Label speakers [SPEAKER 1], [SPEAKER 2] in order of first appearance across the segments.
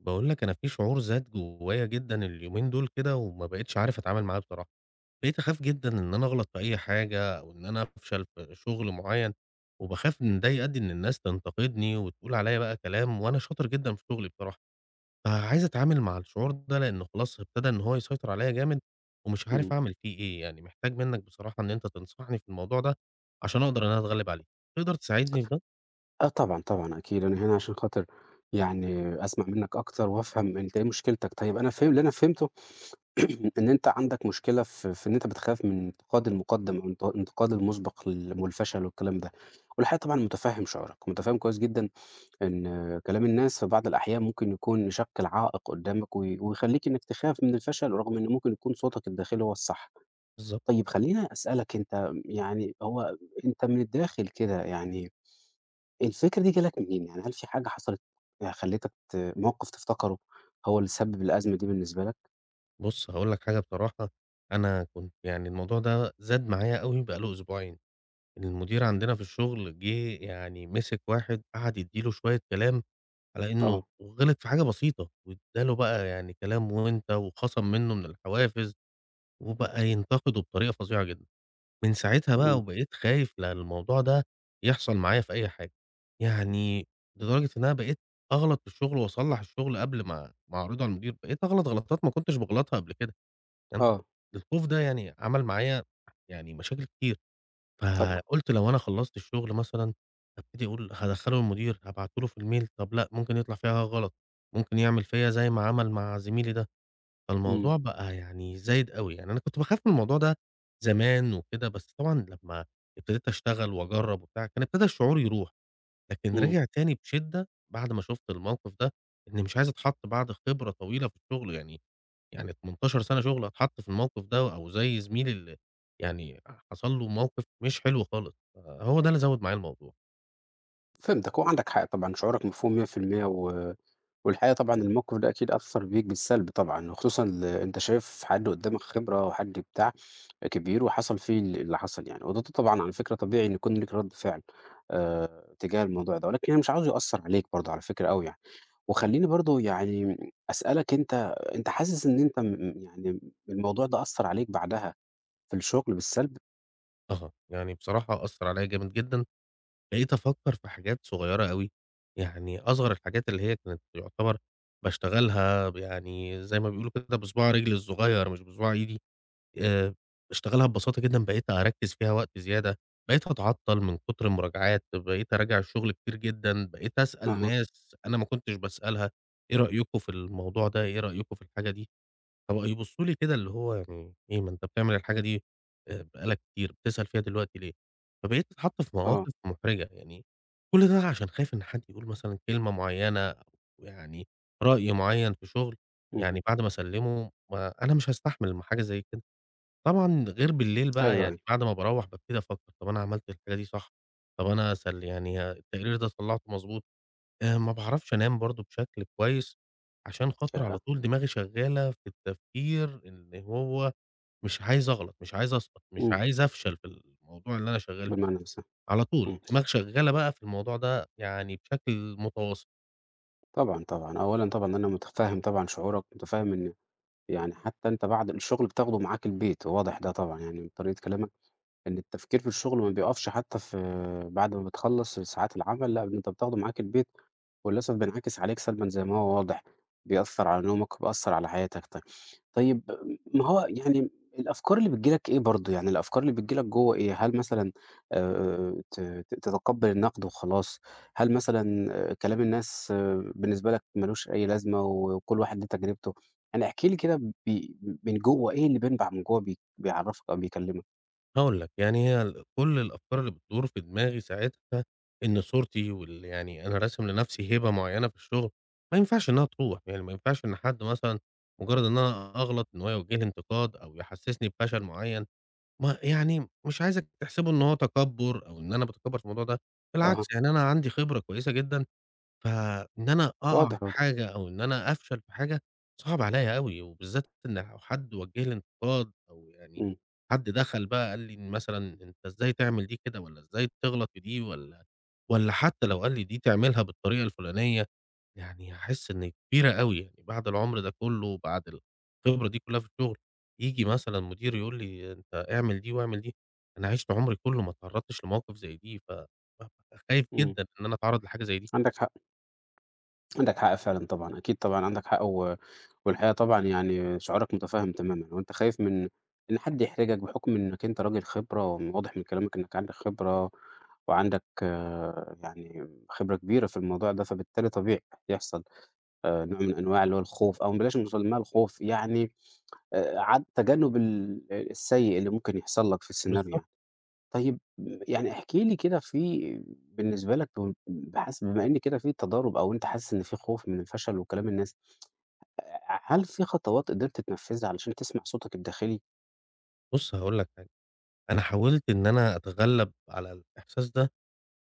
[SPEAKER 1] باقول لك أنا في شعور زاد جوايا جدًا اليومين دول كده وما بقيتش عارف أتعامل معاه بصراحة، بقيت أخاف جدًا إن أنا أغلط في أي حاجة أو إن أنا أفشل في شغل معيّن، وباخاف إن ده يؤدي إن الناس تنتقدني وتقول عليّا بقى كلام وأنا شاطر جدًا في شغلي بصراحة، فعايز أتعامل مع الشعور ده لإنه خلاص ابتدى إن هو يسيطر عليّا جامد ومش
[SPEAKER 2] إمم.
[SPEAKER 1] عارف أعمل فيه إيه، يعني محتاج منّك بصراحة إن أنت تنصحني في الموضوع ده عشان أقدر إن أنا أتغلب عليه، تقدر تساعدني في ده؟
[SPEAKER 2] آه طبعًا، طبعًا أكيد، أنا هنا عشان خاطر يعني أسمع منّك أكتر وأفهم أنت إيه مشكلتك. طيب أنا فهم اللي أنا فهمته. إن أنت عندك مشكلة في إن أنت بتخاف من انتقاد المُقدَّم أو انتقاد المُسبق والفشل والكلام ده، والحقيقة طبعًا مُتفهِّم شعورك، مُتفهِّم كويس جدًا إن كلام الناس في بعض الأحيان ممكن يكون يشكِّل عائق قُدّامك ويخلّيك إنّك تخاف من الفشل رغم إن ممكن يكون صوتك الداخلي هو الصح.
[SPEAKER 1] بالضبط.
[SPEAKER 2] طيب خلّيني أسألك أنت، يعني هو أنت من الداخل كده، يعني الفكرة دي جالك منين؟ يعني هل في حاجة حصلت خلّتك موقف تفتكره هو اللي سبب الأزمة دي بالنسبة لك؟
[SPEAKER 1] بُص، هاقول لك حاجة بصراحة، أنا كنت يعني الموضوع ده زاد معايا أوي بقى له 2 أسبوعين. المدير عندنا في الشغل جِه يعني مسك واحد قعد يدّي له شوية كلام على إنه
[SPEAKER 2] آه.
[SPEAKER 1] غلط في حاجة بسيطة، وادّاله بقى يعني كلام وأنت وخَصَم منه من الحوافز، وبقى ينتقده بطريقة فظيعة جدًا. من ساعتها بقى
[SPEAKER 2] إمم.
[SPEAKER 1] وبقيت خايف الموضوع ده يحصل معايا في أي حاجة. يعني لدرجة إن أنا بقيت أغلط في الشغل وأصلّح الشغل قبل ما أعرضه على المدير، بقيت أغلط غلطات ما كنتش باغلطها قبل كده. تمام،
[SPEAKER 2] آه.
[SPEAKER 1] الخوف ده يعني عمل معايا يعني مشاكل كتير،
[SPEAKER 2] طبعًا.
[SPEAKER 1] فقُلت لو أنا خلّصت الشغل مثلًا هابتدي أقول هادخّله للمدير، هابعته له في الmail طب لأ، ممكن يطلع فيها غلط، ممكن يعمل فيّا زي ما عمل مع زميلي ده،
[SPEAKER 2] إمم.
[SPEAKER 1] فالموضوع بقى يعني زايد أوي، يعني أنا كنت باخاف من الموضوع ده زمان وكده، بس طبعًا لمّا ابتديت أشتغل وأجرّب وبتاع، كان ابتدى الشعور يروح، لكن
[SPEAKER 2] إمم.
[SPEAKER 1] رجع تاني بشدة بعد ما شُفت الموقف ده، إني مش عايز أتحط بعد خبرة طويلة في الشغل يعني 18 سَنة شُغل اتحط في الموقف ده، أو زي زميلي. يعني حصل له موقف مش حلو خالص، فهو ده اللي زوّد معايا الموضوع.
[SPEAKER 2] فهمتك، وعندك حق طبعًا، شعورك مفهوم 100%، والحقيقة طبعًا الموقف ده أكيد أثّر بيك بالسلب طبعًا، وخصوصًا أنت شايف حد قدّامك خبرة وحد بتاع كبير وحصل فيه اللي حصل يعني، وده طبعًا على فكرة طبيعي إن يكون ليك رَد فعل تجاه الموضوع ده، ولكن أنا مش عاوزه يأثّر عليك برضه على فكرة أوي يعني. وخلّيني برضه يعني أسألك أنت، أنت حاسس إن أنت يعني الموضوع ده أثّر عليك بعدها في الشغل بالسلب؟
[SPEAKER 1] أها، يعني بصراحة أثّر عليّا جامد جدًا، بقيت أفكّر في حاجات صغيّرة أوي، يعني أصغر الحاجات اللي هي كانت يُعتبر باشتغلها يعني زي ما بيقولوا كده بصباع رجلي الصغيّر مش بصباع إيدي. آآ باشتغلها ببساطة جدًا، بقيت أركّز فيها وقت زيادة، بقيت أتعطّل من كتر المراجعات، بقيت أراجع الشغل كتير جدًا، بقيت أسأل
[SPEAKER 2] أها.
[SPEAKER 1] ناس أنا ما كنتش باسألها، إيه رأيكم في الموضوع ده، إيه رأيكم في الحاجة دي؟ فبقوا يبصّوا لي كده اللي هو يعني إيه ما أنت بتعمل الحاجة دي بقى لك كتير، بتسأل فيها دلوقتي ليه؟ فبقيت أتحط في
[SPEAKER 2] آه.
[SPEAKER 1] مواقف محرجة، يعني كل ده عشان خايف إن حد يقول مثلًا كلمة معيّنة أو يعني رأي معيّن في شغل،
[SPEAKER 2] اهم.
[SPEAKER 1] يعني بعد ما أسلّمه ما أنا مش هاستحمل حاجة زي كده. طبعًا غير بالليل بقى،
[SPEAKER 2] أيوه،
[SPEAKER 1] يعني
[SPEAKER 2] أيوه.
[SPEAKER 1] بعد ما باروّح بابتدي أفكّر، طَب أنا عملت الحاجة دي صح، طَب أنا يعني التقرير ده طلّعته مضبوط، ما باعرفش أنام برضه بشكل كويس، عشان خاطر
[SPEAKER 2] ياه!
[SPEAKER 1] على طول دماغي شغّالة في التفكير اللي هو مش عايز أغلط، مش عايز أسقط، مش
[SPEAKER 2] إمم.
[SPEAKER 1] عايز أفشل في الموضوع اللي أنا شغّال فيه،
[SPEAKER 2] بالمعنى الصح.
[SPEAKER 1] على طول
[SPEAKER 2] إمم.
[SPEAKER 1] الدماغ شغّالة بقى في الموضوع ده يعني بشكل متواصل.
[SPEAKER 2] طبعًا، طبعًا، أولًا طبعًا أنا متفهّم طبعًا شعورك، متفهّم إن يعني حتى أنت بعد الشغل بتاخده معاك البيت، واضح ده طبعًا يعني من طريقة كلامك. إن التفكير في الشغل ما بيقفش حتى في بعد ما بتخلّص ساعات العمل، لأ، أنت بتاخده معاك البيت، وللأسف بينعكس عليك سلبًا زي ما هو واضح، بيأثّر على نومك وبيأثّر على حياتك. طيب ما هو يعني الأفكار اللي بتيجي لك إيه برضه، يعني الأفكار اللي بتيجي لك جوّه إيه؟ هل مثلًا ت ت تتقبّل النقد وخلاص، هل مثلًا كلام الناس بالنسبة لك ما لوش أي لازمة وكل واحد ليه تجربته؟ يعني احكِ لي كده من جوّه إيه اللي بينبع من جوّه بيعرّفك أو بيكلّمك؟
[SPEAKER 1] هاقول لك، يعني هي كل الأفكار اللي بتدور في دماغي ساعتها إن صورتي يعني أنا راسم لنفسي هيبة معيّنة في الشغل، ما ينفعش إنها تروح، يعني ما ينفعش إن حد مثلًا مجرد إن أنا أغلط إن هو يوجّه لي انتقاد أو يحسسني بفشل معيّن، ما يعني مش عايزك تحسبه إن هو تكبُّر أو إن أنا باتكبّر في الموضوع ده،
[SPEAKER 2] أها.
[SPEAKER 1] بالعكس يعني أنا عندي خبرة كويسة جدًا فإن أنا أقع
[SPEAKER 2] واضح،
[SPEAKER 1] في
[SPEAKER 2] واضح.
[SPEAKER 1] حاجة أو إن أنا أفشل في حاجة صعب عليّا أوي، وبالذات إن لو حد وجه لي انتقاد أو يعني
[SPEAKER 2] إمم.
[SPEAKER 1] حد دخل بقى قال لي إن مثلًا أنت إزاي تعمل دي كده والّا إزاي تغلط في دي والّا حتى لو قال لي دي تعملها بالطريقة الفلانية، يعني هاحس إن كبيرة أوي يعني بعد العمر ده كله وبعد الخبرة دي كلها في الشغل، ييجي مثلًا مدير يقول لي أنت اعمل دي واعمل دي، أنا عِشت عمري كله ما اتعرضتش لمواقف زي دي، بابقى خايف
[SPEAKER 2] إمم.
[SPEAKER 1] جدًا إن أنا أتعرض لحاجة زي دي.
[SPEAKER 2] عندك حق، عندك حق فعلًا طبعًا، أكيد طبعًا عندك حق، والحقيقة طبعًا يعني شعورك مُتفهّم تمامًا، وأنت خايف من إن حد يحرجك بحُكم إنّك أنت راجل خبرة وواضح من كلامك إنّك عندك خبرة وعندك آه، يعني خبرة كبيرة في الموضوع ده، فبالتالي طبيعي يحصل نوع من أنواع اللي هو الخوف، أو بلاش نسمّيها الخوف، يعني عد تجنُّب السيء اللي ممكن يحصل لك في السيناريو
[SPEAKER 1] بالضبط.
[SPEAKER 2] يعني. طيب يعني احكِ لي كده، بالنسبة لك بحس بما إن كده في تضارب، أو أنت حاسس إن في خوف من الفشل وكلام الناس، هل في خطوات قدرت تنفذها علشان تسمع صوتك الداخلي؟
[SPEAKER 1] بُص هاقول لك حاجة، أنا حاولت إن أنا أتغلّب على الإحساس ده،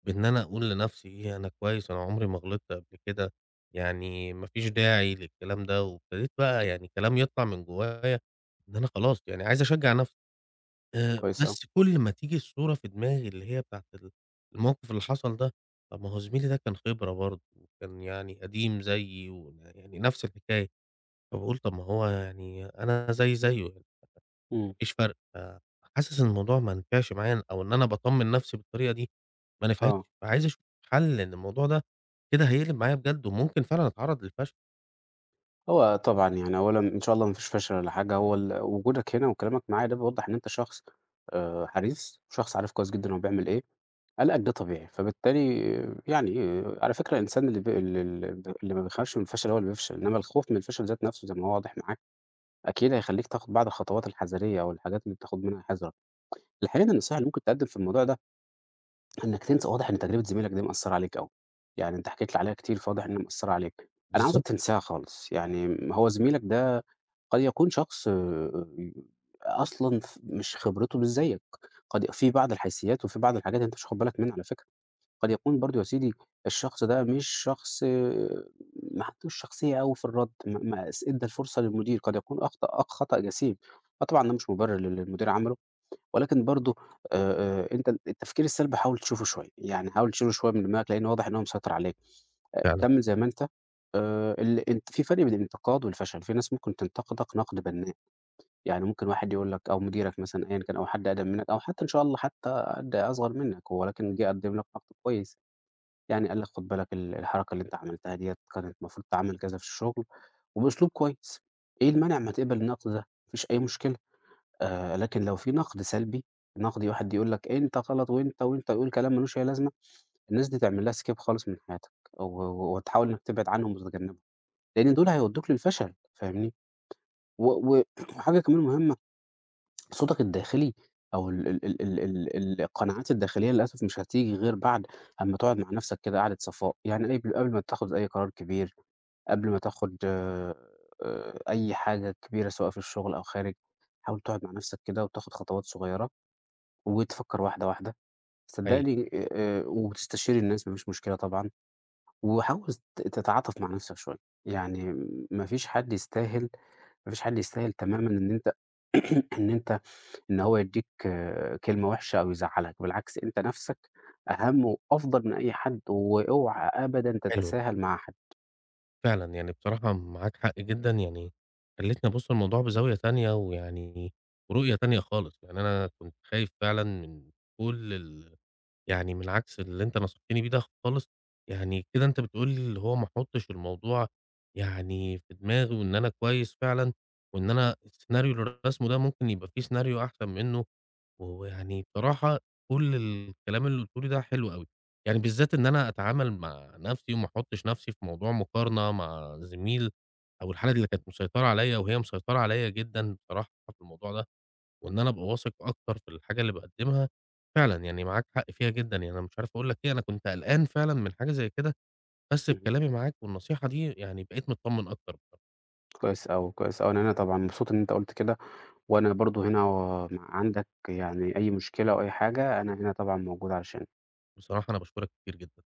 [SPEAKER 1] بإن أنا أقول لنفسي إيه أنا كويس، أنا عمري ما غلطت قبل كده، يعني ما فيش داعي للكلام ده، وابتديت بقى يعني كلام يطلع من جوايا إن أنا خلاص يعني عايز أشجّع نفسي،
[SPEAKER 2] كويس أوي.
[SPEAKER 1] بس كل ما تيجي الصورة في دماغي اللي هي بتاعة الموقف اللي حصل ده، طب ما هو زميلي ده كان خبرة برضه، وكان يعني قديم زيي، ويعني نفس الحكاية، فباقول طب ما هو يعني أنا زيي زيه.
[SPEAKER 2] إمم.
[SPEAKER 1] مفيش فرق، فحاسس إن الموضوع ما نفعش معايا أو إن أنا باطمّن نفسي بالطريقة دي ما
[SPEAKER 2] آه.
[SPEAKER 1] نفعتش، فعايز أشوف حل لأن الموضوع ده كده هيقلب معايا بجد وممكن فعلًا أتعرّض للفشل.
[SPEAKER 2] هو طبعًا يعني أولًا إن شاء الله ما فيش فشل ولا حاجة، هو وجودك هنا وكلامك معايا ده بيوضّح إن أنت شخص حريص، شخص عارف كويس جدًا هو بيعمل إيه، قلقك ده طبيعي، فبالتالي يعني على فكرة الإنسان اللي ب ال ال اللي ما بيخافش من الفشل هو اللي بيفشل، إنما الخوف من الفشل ذات نفسه زي ما هو واضح معاك أكيد هيخلّيك تاخد بعض الخطوات الحذرية أو الحاجات اللي بتاخد منها حذرك. الحقيقة إن النصيحة اللي ممكن تقدّم في الموضوع ده، إنّك تنسى، واضح إن تجربة زميلك دي مأثّرة عليك أوي، يعني أنت حكيت لي عليها كتير فواضح إنّها مأثّرة عليك. أنا عاوزك
[SPEAKER 1] بالضبط.
[SPEAKER 2] تنساها خالص، يعني هو زميلك ده قد يكون شخص أصلًا مش خبرته مش زيك، قد في بعض الحيثيات وفي بعض الحاجات أنت مش واخد بالك منها على فكرة. قد يكون برضه يا سيدي الشخص ده مش شخص ما عندوش شخصية أوي في الرد، ما ادّى الفرصة للمدير، قد يكون أخطأ خطأ جسيم. آه طبعًا ده مش مبرر للي المدير عمله، ولكن برضه أنت التفكير السلبي حاول تشوفه شوية، يعني حاول تشيله شوية من دماغك لأن واضح إن هو مسيطر عليك.
[SPEAKER 1] فعلًا،
[SPEAKER 2] كمّل زي ما أنت ال أنت، في فرق بين الانتقاد والفشل، في ناس ممكن تنتقدك نقد بنّاء، يعني ممكن واحد يقول لك أو مديرك مثلًا أيًا كان أو حد أقدم منّك أو حتى إن شاء الله حتى حد أصغر منّك، ولكن جه قدّم لك نقد كويس. يعني قال لك خد بالك الحركة اللي أنت عملتها ديّة كانت المفروض تتعمل كذا في الشغل وبأسلوب كويس، إيه المانع ما تقبل النقد ده؟ ما فيش أي مشكلة. لكن لو في نقد سلبي، نقد واحد يقول لك إيه أنت غلط، وأنت ويقول كلام ما لوش أي لازمة، الناس دي تعمل لها skip خالص من حياتك، و و وتحاول إنك تبعد عنهم وتتجنبهم، لإن دول هيودوك للفشل، فاهمني؟ و و وحاجة كمان مهمة. صوتك الداخلي أو ال ال ال ال ال القناعات الداخلية للأسف مش هتيجي غير بعد أمّا تقعد مع نَفْسك كده قعدة صفاء، يعني قبل ما تاخُد أي قرار كبير، قبل ما تاخُد أي حاجة كبيرة سواء في الشغل أو خارج، حاول تقعد مع نَفْسك كده وتاخُد خطوات صغيّرة، وتفكّر واحدة، واحدة،
[SPEAKER 1] حقيقي
[SPEAKER 2] صدّقني. وتستشير الناس ما فيش مشكلة طبعًا، وحاول تتعاطف مع نَفْسك شوية، يعني ما فيش حد يستاهل ما فيش حد يستاهل تمامًا إن أنت إن أنت إن هو يدّيك كلمة وِحشة أو يزعّلك، بالعكس أنت نَفْسك أهَم وأفضل من أي حد، واوعى أبدًا
[SPEAKER 1] حلو ده،
[SPEAKER 2] تتساهل مع حد.
[SPEAKER 1] فعلًا يعني بصراحة معاك حق جدًا، يعني خلّيتني أبُص للموضوع بزاوية تانية ويعني ورؤية تانية خالص، يعني أنا كنت خايف فعلًا من كل ال يعني من عكس اللي أنت نصحتني بيه ده خالص، يعني كده أنت بتقول لي اللي هو ما احطش الموضوع يعني في دماغي وإن أنا كويس فعلًا، وإن أنا السيناريو اللي راسمه ده ممكن يبقى في سيناريو أحسن منه، ويعني بصراحة كل الكلام اللي قُلته لي ده حلو أوي، يعني بالذات إن أنا أتعامل مع نفسي وما احطش نفسي في موضوع مقارنة مع زميل أو الحالة اللي كانت مسيطرة عليَّ وهي مسيطرة عليَّ جدًا بصراحة في الموضوع ده. وإن أنا أبقى واثق أكتر في الحاجة اللي باقدّمها، فعلًا يعني معاك حق فيها جدًا، يعني أنا مش عارف أقول لك إيه، أنا كنت قلقان فعلًا من حاجة زي كده، بس
[SPEAKER 2] اهم.
[SPEAKER 1] بكلامي معاك والنصيحة دي يعني بقيت متطمّن أكتر بصراحة.
[SPEAKER 2] كويس أوي، كويس أوي. أنا طبعًا مبسوط إن أنت قُلت كده، وأنا برضه هنا عندك يعني أي مشكلة أو أي حاجة، أنا هنا طبعًا موجود علشانك.
[SPEAKER 1] بصراحة أنا باشكرك كتير جدًا.